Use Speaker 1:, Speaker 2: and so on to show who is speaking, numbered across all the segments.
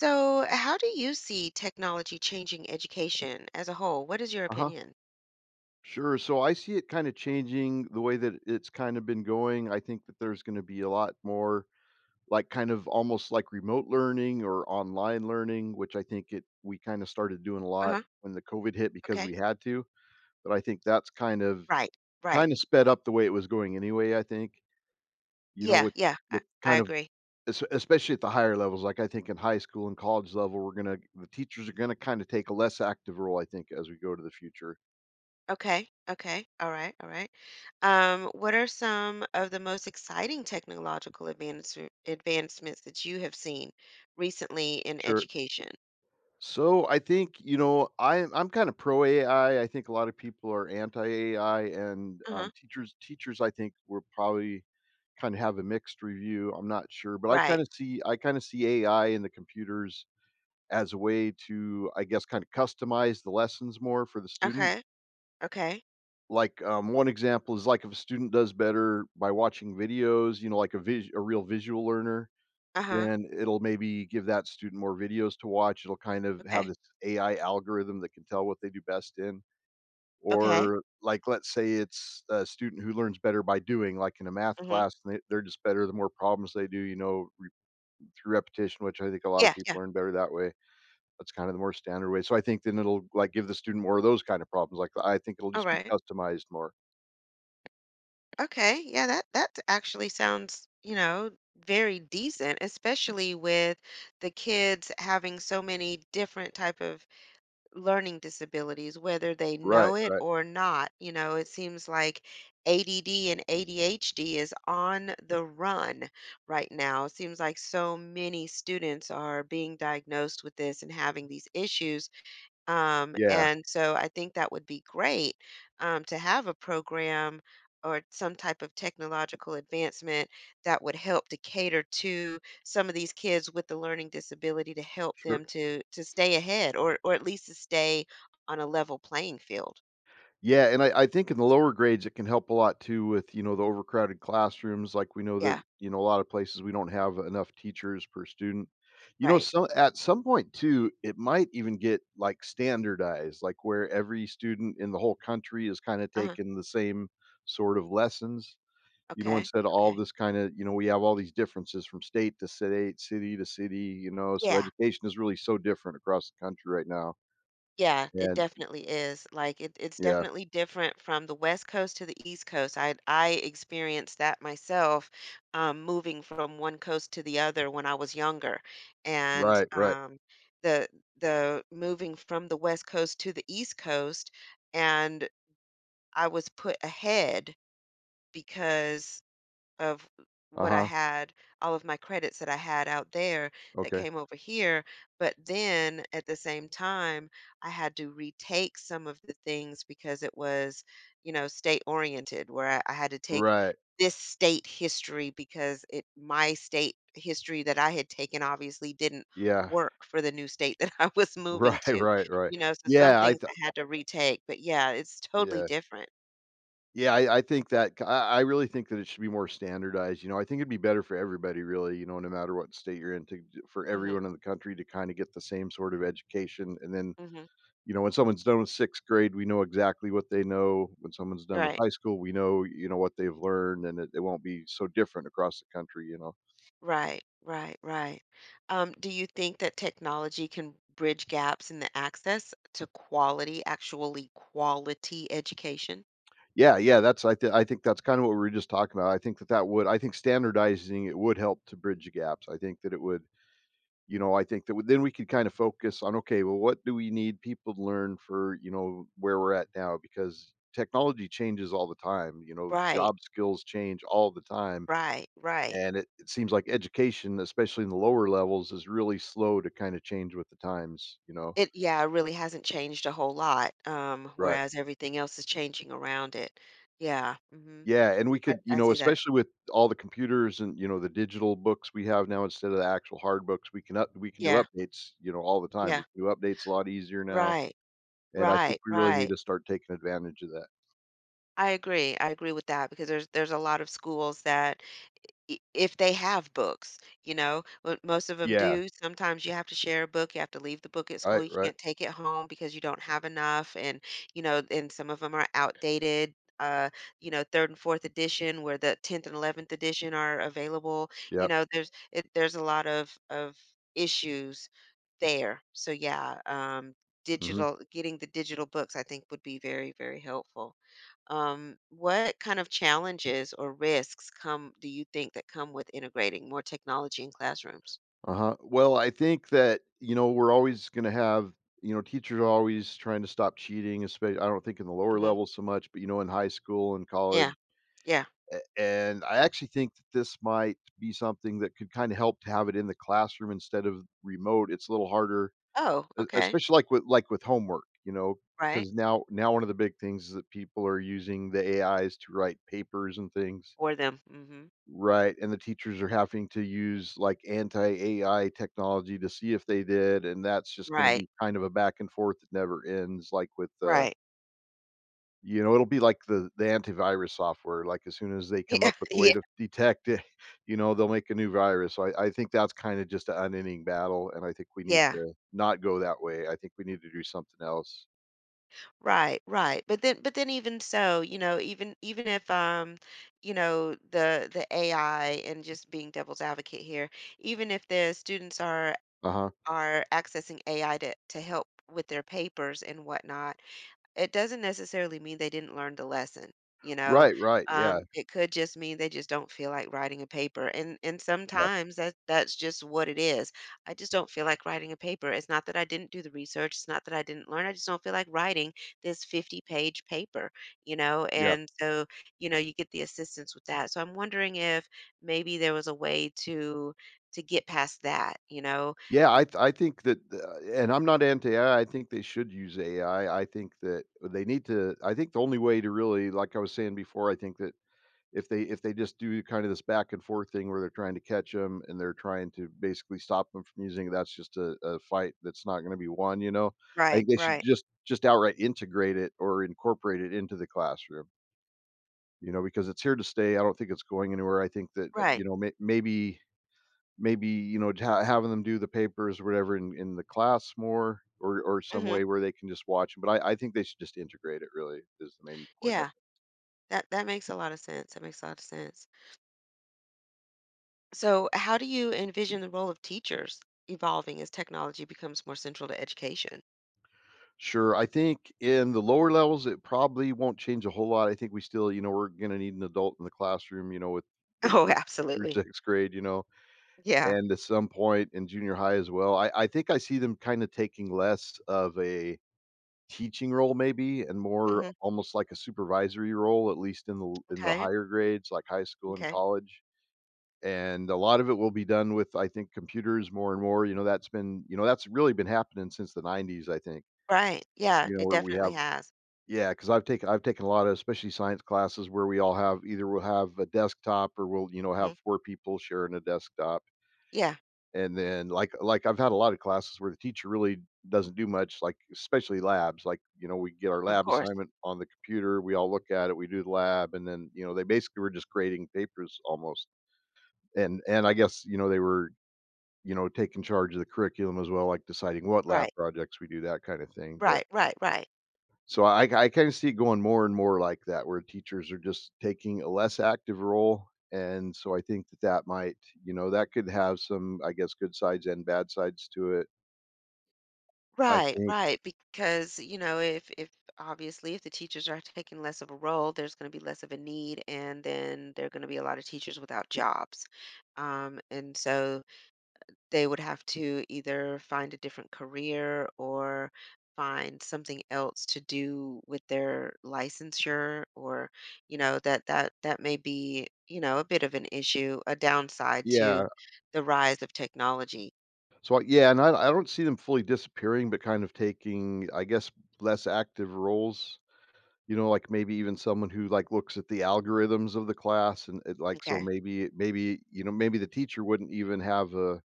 Speaker 1: So, how do you see technology changing education as a whole? What is your
Speaker 2: Uh-huh.
Speaker 1: opinion?
Speaker 2: Sure. So I see it kind of changing the way that it's kind of been going. I think that there's going to be a lot more like kind of almost like remote learning or online learning, which I think it we kind of started doing a lot
Speaker 1: Uh-huh.
Speaker 2: when the COVID hit because
Speaker 1: Okay.
Speaker 2: we had to. But I think that's kind of
Speaker 1: Right. Right.
Speaker 2: kind of sped up the way it was going anyway, I think. You know,
Speaker 1: Yeah. Yeah. I,
Speaker 2: with
Speaker 1: I
Speaker 2: kind of
Speaker 1: agree.
Speaker 2: Es especially at the higher levels, like, I think in high school and college level, we're gonna the teachers are gonna kinda take a less active role, I think, as we go to the future.
Speaker 1: Okay. Okay. All right. All right. What are some of the most exciting technological advancements that you have seen recently in
Speaker 2: Sure.
Speaker 1: education?
Speaker 2: So, I think, you know, I'm kinda pro AI, I think a lot of people are anti AI and,
Speaker 1: Uh-huh.
Speaker 2: teachers, I think, will probably kinda have a mixed review, I'm not sure, but
Speaker 1: Right.
Speaker 2: I kinda see AI in the computers as a way to, I guess, kinda customize the lessons more for the student.
Speaker 1: Okay. Okay.
Speaker 2: Like, one example is, like, if a student does better by watching videos, you know, like a real visual learner,
Speaker 1: Uh-huh.
Speaker 2: then it'll maybe give that student more videos to watch. It'll kind of have
Speaker 1: Okay.
Speaker 2: this AI algorithm that can tell what they do best in.
Speaker 1: Okay.
Speaker 2: Or, like, let's say it's a student who learns better by doing, like, in a math
Speaker 1: Mm-hmm.
Speaker 2: class, and they're just better the more problems they do, you know, re through repetition, which I think a lot of
Speaker 1: Yeah. Yeah.
Speaker 2: people learn better that way. That's kind of the more standard way. So I think then it'll, like, give the student more of those kind of problems. Like, I think it'll
Speaker 1: All
Speaker 2: just be
Speaker 1: right.
Speaker 2: customized more.
Speaker 1: Okay, yeah, that actually sounds, very decent, especially with the kids having so many different type of learning disabilities, whether they know
Speaker 2: Right,
Speaker 1: it
Speaker 2: right.
Speaker 1: or not. You know, it seems like ADD and ADHD is on the run right now. It seems like so many students are being diagnosed with this and having these issues,
Speaker 2: Yeah,
Speaker 1: and so I think that would be great, to have a program or some type of technological advancement that would help to cater to some of these kids with the learning disability to help
Speaker 2: sure.
Speaker 1: them to stay ahead or at least to stay on a level playing field.
Speaker 2: Yeah, and I think in the lower grades, it can help a lot too with, you know, the overcrowded classrooms, like, we know that,
Speaker 1: Yeah,
Speaker 2: you know, a lot of places we don't have enough teachers per student. You know,
Speaker 1: right.
Speaker 2: so at some point too, it might even get, like, standardized, like, where every student in the whole country is kinda
Speaker 1: Uh-huh.
Speaker 2: taking the same sort of lessons, you know,
Speaker 1: Okay.
Speaker 2: instead of all
Speaker 1: Okay.
Speaker 2: this kinda you know, we have all these differences from state to state, city to city, you know, so
Speaker 1: Yeah.
Speaker 2: education is really so different across the country right now,
Speaker 1: Yeah, it
Speaker 2: and
Speaker 1: definitely is. Like it's
Speaker 2: yeah.
Speaker 1: definitely different from the West Coast to the East Coast. I experienced that myself, moving from one coast to the other when I was younger, and
Speaker 2: Right, right.
Speaker 1: the the moving from the West Coast to the East Coast, and I was put ahead because of what I
Speaker 2: Uh-huh,
Speaker 1: had, all of my credits that I had out there that
Speaker 2: okay.
Speaker 1: came over here. But then at the same time, I had to retake some of the things because it was, state oriented, where I had to take
Speaker 2: Right,
Speaker 1: this state history because it my state history that I had taken obviously didn't
Speaker 2: yeah.
Speaker 1: work for the new state that I was moving
Speaker 2: Right,
Speaker 1: to.
Speaker 2: right, right.
Speaker 1: So some
Speaker 2: Yeah, I
Speaker 1: things
Speaker 2: thought
Speaker 1: I had to retake. But yeah, it's totally
Speaker 2: yeah.
Speaker 1: different.
Speaker 2: Yeah, I think that c I really think that it should be more standardized, you know, I think it'd be better for everybody really, you know, no matter what state you're in to d for
Speaker 1: Hmm.
Speaker 2: everyone in the country to kinda get the same sort of education, and then,
Speaker 1: Hmm.
Speaker 2: you know, when someone's done with 6th grade, we know exactly what they know. When someone's done with
Speaker 1: Right.
Speaker 2: high school, we know, you know, what they've learned, and it won't be so different across the country, you know?
Speaker 1: Right, right, right. Do you think that technology can bridge gaps in the access to quality, actually quality education?
Speaker 2: Yeah, yeah, that's I think that's kind of what we were just talking about. I think that that would I think standardizing it would help to bridge the gaps. I think that it would you know, I think that w then we could kind of focus on, okay, well, what do we need people to learn for, you know, where we're at now? Because technology changes all the time, you know,
Speaker 1: Right,
Speaker 2: job skills change all the time,
Speaker 1: right, right.
Speaker 2: and it seems like education, especially in the lower levels, is really slow to kind of change with the times, you know?
Speaker 1: Yeah, it really hasn't changed a whole lot,
Speaker 2: Right.
Speaker 1: whereas everything else is changing around it. Yeah. Hmm.
Speaker 2: Yeah, and we
Speaker 1: I,
Speaker 2: could you
Speaker 1: I
Speaker 2: know,
Speaker 1: see that.
Speaker 2: especially with all the computers and, you know, the digital books we have now instead of the actual hard books, we can do
Speaker 1: Yeah,
Speaker 2: updates, you know, all the time.
Speaker 1: yeah,
Speaker 2: We can do updates a lot easier now,
Speaker 1: right,
Speaker 2: and I think
Speaker 1: right,
Speaker 2: we really need
Speaker 1: right.
Speaker 2: to start taking advantage of that.
Speaker 1: I agree. I agree with that because there's a lot of schools that I if they have books, but most of them
Speaker 2: Yeah.
Speaker 1: do. Sometimes you have to share a book, you have to leave the book at school,
Speaker 2: Right,
Speaker 1: you
Speaker 2: right.
Speaker 1: can't take it home because you don't have enough, and some of them are outdated, uh, 3rd and 4th edition where the 10th and 11th edition are available,
Speaker 2: Yep.
Speaker 1: there's a lot of issues there. So, yeah,
Speaker 2: Mhm.
Speaker 1: digital getting the digital books I think would be very, very helpful. What kind of challenges or risks come do you think that come with integrating more technology in classrooms?
Speaker 2: Uh-huh. Well, I think that, you know, we're always gonna have you know, teachers are always trying to stop cheating, especially, I don't think in the lower
Speaker 1: Hmm.
Speaker 2: levels so much, but, you know, in high school and
Speaker 1: Yeah,
Speaker 2: college.
Speaker 1: yeah.
Speaker 2: And I actually think that this might be something that could kind of help to have it in the classroom instead of remote. It's a little harder,
Speaker 1: Oh, okay.
Speaker 2: especially with homework, you know,
Speaker 1: Right.
Speaker 2: because now one of the big things is that people are using the AIs to write papers and things.
Speaker 1: For them. Hmm.
Speaker 2: Right. And the teachers are having to use like anti AI technology to see if they did. And that's just going to
Speaker 1: Right.
Speaker 2: be kind of a back and forth that never ends, like with
Speaker 1: Right.
Speaker 2: you know, it'll be like the antivirus software, like, as soon as they come
Speaker 1: Yeah.
Speaker 2: up with a way
Speaker 1: Yeah.
Speaker 2: to detect it, you know, they'll make a new virus, so I think that's kinda just an unending battle, and I think we need
Speaker 1: Yeah.
Speaker 2: to not go that way, I think we need to do something else.
Speaker 1: Right. Right. But then, even so, even if the AI and just being devil's advocate here, even if the students are
Speaker 2: Uh-huh.
Speaker 1: are accessing AI to help with their papers and whatnot. It doesn't necessarily mean they didn't learn the lesson, you know?
Speaker 2: Right, right, yeah,
Speaker 1: It could just mean they just don't feel like writing a paper, and
Speaker 2: yeah,
Speaker 1: sometimes that's just what it is. I just don't feel like writing a paper. It's not that I didn't do the research, it's not that I didn't learn, I just don't feel like writing this 50-page paper, you know?
Speaker 2: yeah.
Speaker 1: And so, you get the assistance with that. So I'm wondering if maybe there was a way to get past that, you know?
Speaker 2: Yeah, I think that, and I'm not anti-AI, I think they should use AI, I think that they need to I think the only way to really like I was saying before, I think that if they just do kind of this back and forth thing where they're trying to catch them and they're trying to basically stop them from using it, that's just a fight that's not gonna be won, you know? I
Speaker 1: Right,
Speaker 2: think they should
Speaker 1: right.
Speaker 2: just outright integrate it or incorporate it into the classroom, you know, because it's here to stay. I don't think it's going anywhere. I think that,
Speaker 1: Right.
Speaker 2: you know, maybe, you know, ha having them do the papers or whatever in the class more or some
Speaker 1: Hmm.
Speaker 2: way where they can just watch them. But I think they should just integrate it really is the main point.
Speaker 1: Yeah. That makes a lot of sense. That makes a lot of sense. So, how do you envision the role of teachers evolving as technology becomes more central to education?
Speaker 2: Sure. I think in the lower levels, it probably won't change a whole lot. I think we still, you know, we're going to need an adult in the classroom, you know, with the
Speaker 1: Oh,
Speaker 2: first through
Speaker 1: absolutely.
Speaker 2: sixth grade, you know,
Speaker 1: Yeah.
Speaker 2: and at some point in junior high as well. I think I see them kind of taking less of a teaching role maybe and more
Speaker 1: Hmm.
Speaker 2: almost like a supervisory role, at least in the
Speaker 1: Okay.
Speaker 2: higher grades like high school and
Speaker 1: Okay.
Speaker 2: college, and a lot of it will be done with I think computers more and more, you know, that's been you know that's really been happening since the 90s I think,
Speaker 1: Right. Yeah,
Speaker 2: you know,
Speaker 1: it
Speaker 2: where we
Speaker 1: definitely
Speaker 2: have
Speaker 1: has.
Speaker 2: yeah, because 'cause I've taken a lot of especially science classes where we all have either we'll have a desktop or we'll, you know,
Speaker 1: Hmm.
Speaker 2: have 4 people sharing a desktop.
Speaker 1: Yeah,
Speaker 2: And then, like, I've had a lot of classes where the teacher really doesn't do much, like, especially labs, like, you know, we get our
Speaker 1: of
Speaker 2: lab
Speaker 1: course.
Speaker 2: assignment on the computer, we all look at it, we do the lab, and then, you know, they basically were just grading papers almost. And I guess, you know, they were, you know, taking charge of the curriculum as well, like deciding what lab
Speaker 1: Right.
Speaker 2: projects we do, that kinda thing, but
Speaker 1: Right. Right. Right.
Speaker 2: so I kinda see it going more and more like that, where teachers are just taking a less active role, and so I think that that might you know, that could have some, I guess, good sides and bad sides to it, I
Speaker 1: Right.
Speaker 2: think.
Speaker 1: Right. Because, if obviously if the teachers are taking less of a role, there's going to be less of a need, and then there are going to be a lot of teachers without jobs. And so, they would have to either find a different career or find something else to do with their licensure, or that may be, a bit of an issue, a downside to
Speaker 2: Yeah.
Speaker 1: the rise of technology.
Speaker 2: So yeah, and I don't see them fully disappearing, but kind of taking, I guess, less active roles, you know, like, maybe even someone who, like, looks at the algorithms of the class and it like, so
Speaker 1: Okay.
Speaker 2: maybe, you know, maybe the teacher wouldn't even have a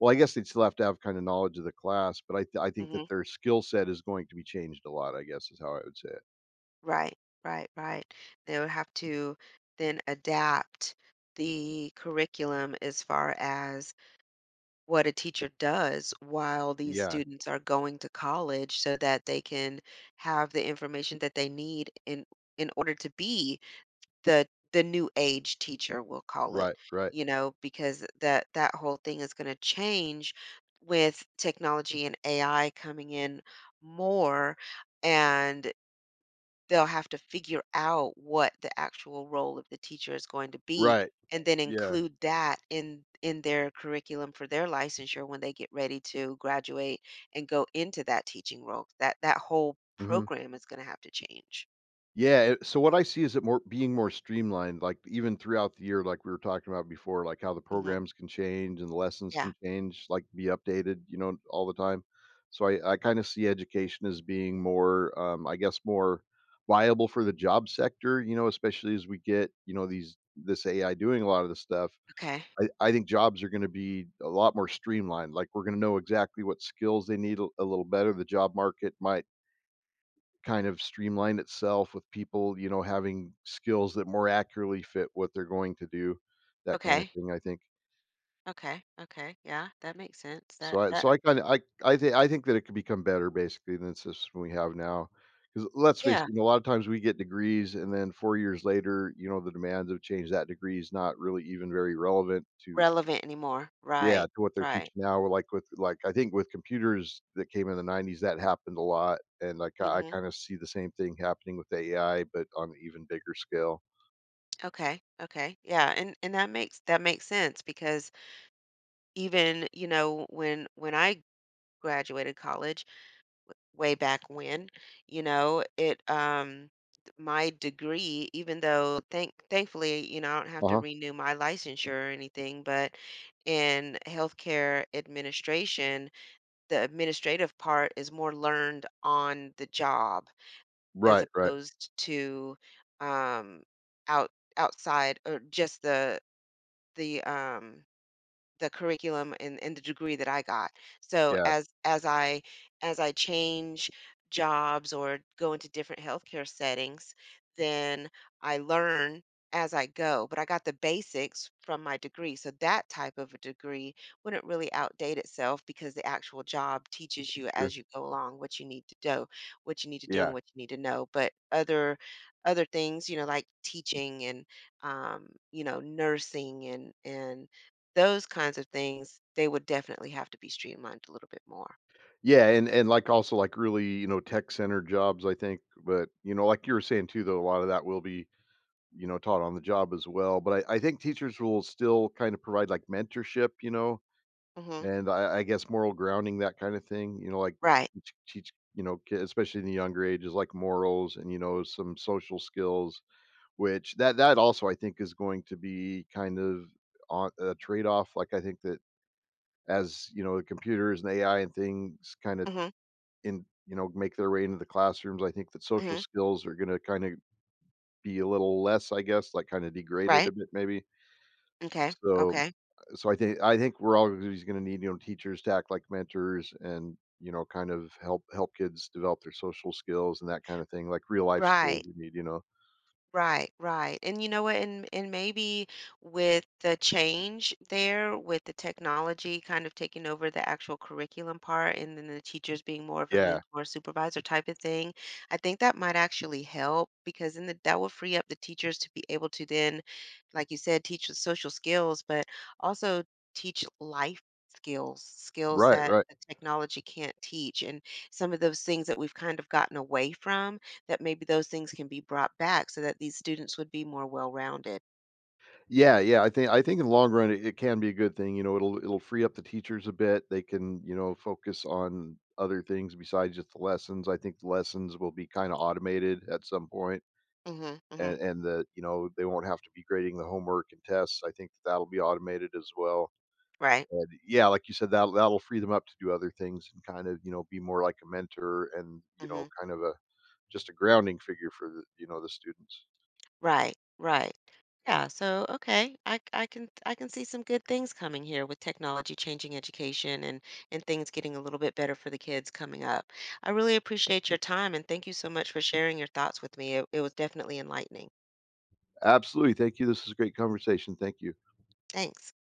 Speaker 2: well, I guess they'd still have to have kinda knowledge of the class, but I think
Speaker 1: Hmm.
Speaker 2: that their skill set is going to be changed a lot, I guess, is how I would say it.
Speaker 1: Right, right, right. They would have to then adapt the curriculum as far as what a teacher does while these
Speaker 2: Yeah.
Speaker 1: students are going to college so that they can have the information that they need in order to be the the new age teacher, we'll call it,
Speaker 2: Right, right,
Speaker 1: because that whole thing is going to change with technology and AI coming in more, and they'll have to figure out what the actual role of the teacher is going to be
Speaker 2: right.
Speaker 1: and then
Speaker 2: Yeah.
Speaker 1: include that in their curriculum for their licensure when they get ready to graduate and go into that teaching role. That whole
Speaker 2: Mhm.
Speaker 1: program is going to have to change.
Speaker 2: Yeah, it so what I see is it more being more streamlined, like, even throughout the year, like we were talking about before, like, how the
Speaker 1: Hmm.
Speaker 2: programs can change and the lessons
Speaker 1: Yeah.
Speaker 2: can change, like, be updated, you know, all the time. So I kinda see education as being more, I guess, more viable for the job sector, you know, especially as we get, you know, these this AI doing a lot of the stuff.
Speaker 1: Okay.
Speaker 2: I think jobs are gonna be a lot more streamlined, like, we're gonna know exactly what skills they need a little better, the job market might kind of streamline itself with people, you know, having skills that more accurately fit what they're going to do, that kinda
Speaker 1: Okay.
Speaker 2: thing, I think.
Speaker 1: Okay. Okay. Yeah, that makes sense. That
Speaker 2: So I
Speaker 1: that
Speaker 2: so I kinda I think that it could become better, basically, than the system we have now. Because 'cause let's face
Speaker 1: yeah,
Speaker 2: it, you know, a lot of times we get degrees, and then 4 years later, you know, the demands have changed, that degree is not really even very relevant to
Speaker 1: relevant anymore.
Speaker 2: yeah,
Speaker 1: Right.
Speaker 2: to what they're
Speaker 1: Right.
Speaker 2: teaching now, like, with like, I think with computers that came in the '90s, that happened a lot, and, like, I
Speaker 1: Hmm.
Speaker 2: kinda see the same thing happening with AI, but on an even bigger scale.
Speaker 1: Okay. Okay. Yeah, and that makes sense because even, when I graduated college way back when, you know, it my degree, even though thankfully, I don't have to
Speaker 2: Uh-huh.
Speaker 1: renew my licensure or anything, but in healthcare administration, the administrative part is more learned on the job as
Speaker 2: Right, right.
Speaker 1: opposed to um out outside or just the um the curriculum, and the degree that I got. So
Speaker 2: Yeah,
Speaker 1: as I change jobs or go into different healthcare settings, then I learn as I go. But I got the basics from my degree. So that type of a degree wouldn't really outdate itself because the actual job teaches you
Speaker 2: sure.
Speaker 1: as you go along what you need to do, and
Speaker 2: Yeah.
Speaker 1: what you need to know. But other things, like teaching and nursing and those kinds of things, they would definitely have to be streamlined a little bit more.
Speaker 2: Yeah, and, like, also, like, really, you know, tech center jobs, I think, but, you know, like you were saying too, though, a lot of that will be, you know, taught on the job as well, but I think teachers will still kind of provide, like, mentorship, you know?
Speaker 1: Mhm.
Speaker 2: And I guess moral grounding, that kind of thing, you know, like,
Speaker 1: Right.
Speaker 2: teach, you know, ki especially in the younger ages, like, morals and, you know, some social skills, which that also I think is going to be kind of on a trade-off, like, I think that as, you know, the computers and AI and things kinda
Speaker 1: Mhm,
Speaker 2: in you know, make their way into the classrooms, I think that social
Speaker 1: mhm.
Speaker 2: skills are gonna kinda be a little less, I guess, like, kinda degraded
Speaker 1: Right.
Speaker 2: a bit maybe.
Speaker 1: Okay,
Speaker 2: So
Speaker 1: okay.
Speaker 2: I think we're always going to need, you know, teachers to act like mentors and, you know, kind of help kids develop their social skills and that kind of thing, like real life skills
Speaker 1: Right.
Speaker 2: we need, you know,
Speaker 1: Right, right. And you know what? And maybe with the change there, with the technology kind of taking over the actual curriculum part and then the teachers being more of a
Speaker 2: yeah,
Speaker 1: mentor supervisor type of thing, I think that might actually help because then that will free up the teachers to be able to then, like you said, teach the social skills, but also teach life skills, skills
Speaker 2: right,
Speaker 1: that
Speaker 2: right,
Speaker 1: the technology can't teach, and some of those things that we've kind of gotten away from that maybe those things can be brought back so that these students would be more well-rounded.
Speaker 2: yeah. Yeah, I think in the long run it can be a good thing, you know, it'll free up the teachers a bit, they can, you know, focus on other things besides just the lessons. I think the lessons will be kind of automated at some point,
Speaker 1: Mhm, mhm.
Speaker 2: and the, you know, they won't have to be grading the homework and tests, I think that'll be automated as well.
Speaker 1: Right.
Speaker 2: And yeah, like you said, that'll free them up to do other things and kind of, you know, be more like a mentor and, you know,
Speaker 1: Mhm.
Speaker 2: kind of a just a grounding figure for the, you know, the students.
Speaker 1: Right, right. Yeah, so, okay, I can see some good things coming here with technology changing education and things getting a little bit better for the kids coming up. I really appreciate your time, and thank you so much for sharing your thoughts with me. It was definitely enlightening.
Speaker 2: Absolutely. Thank you. This is a great conversation. Thank you.
Speaker 1: Thanks.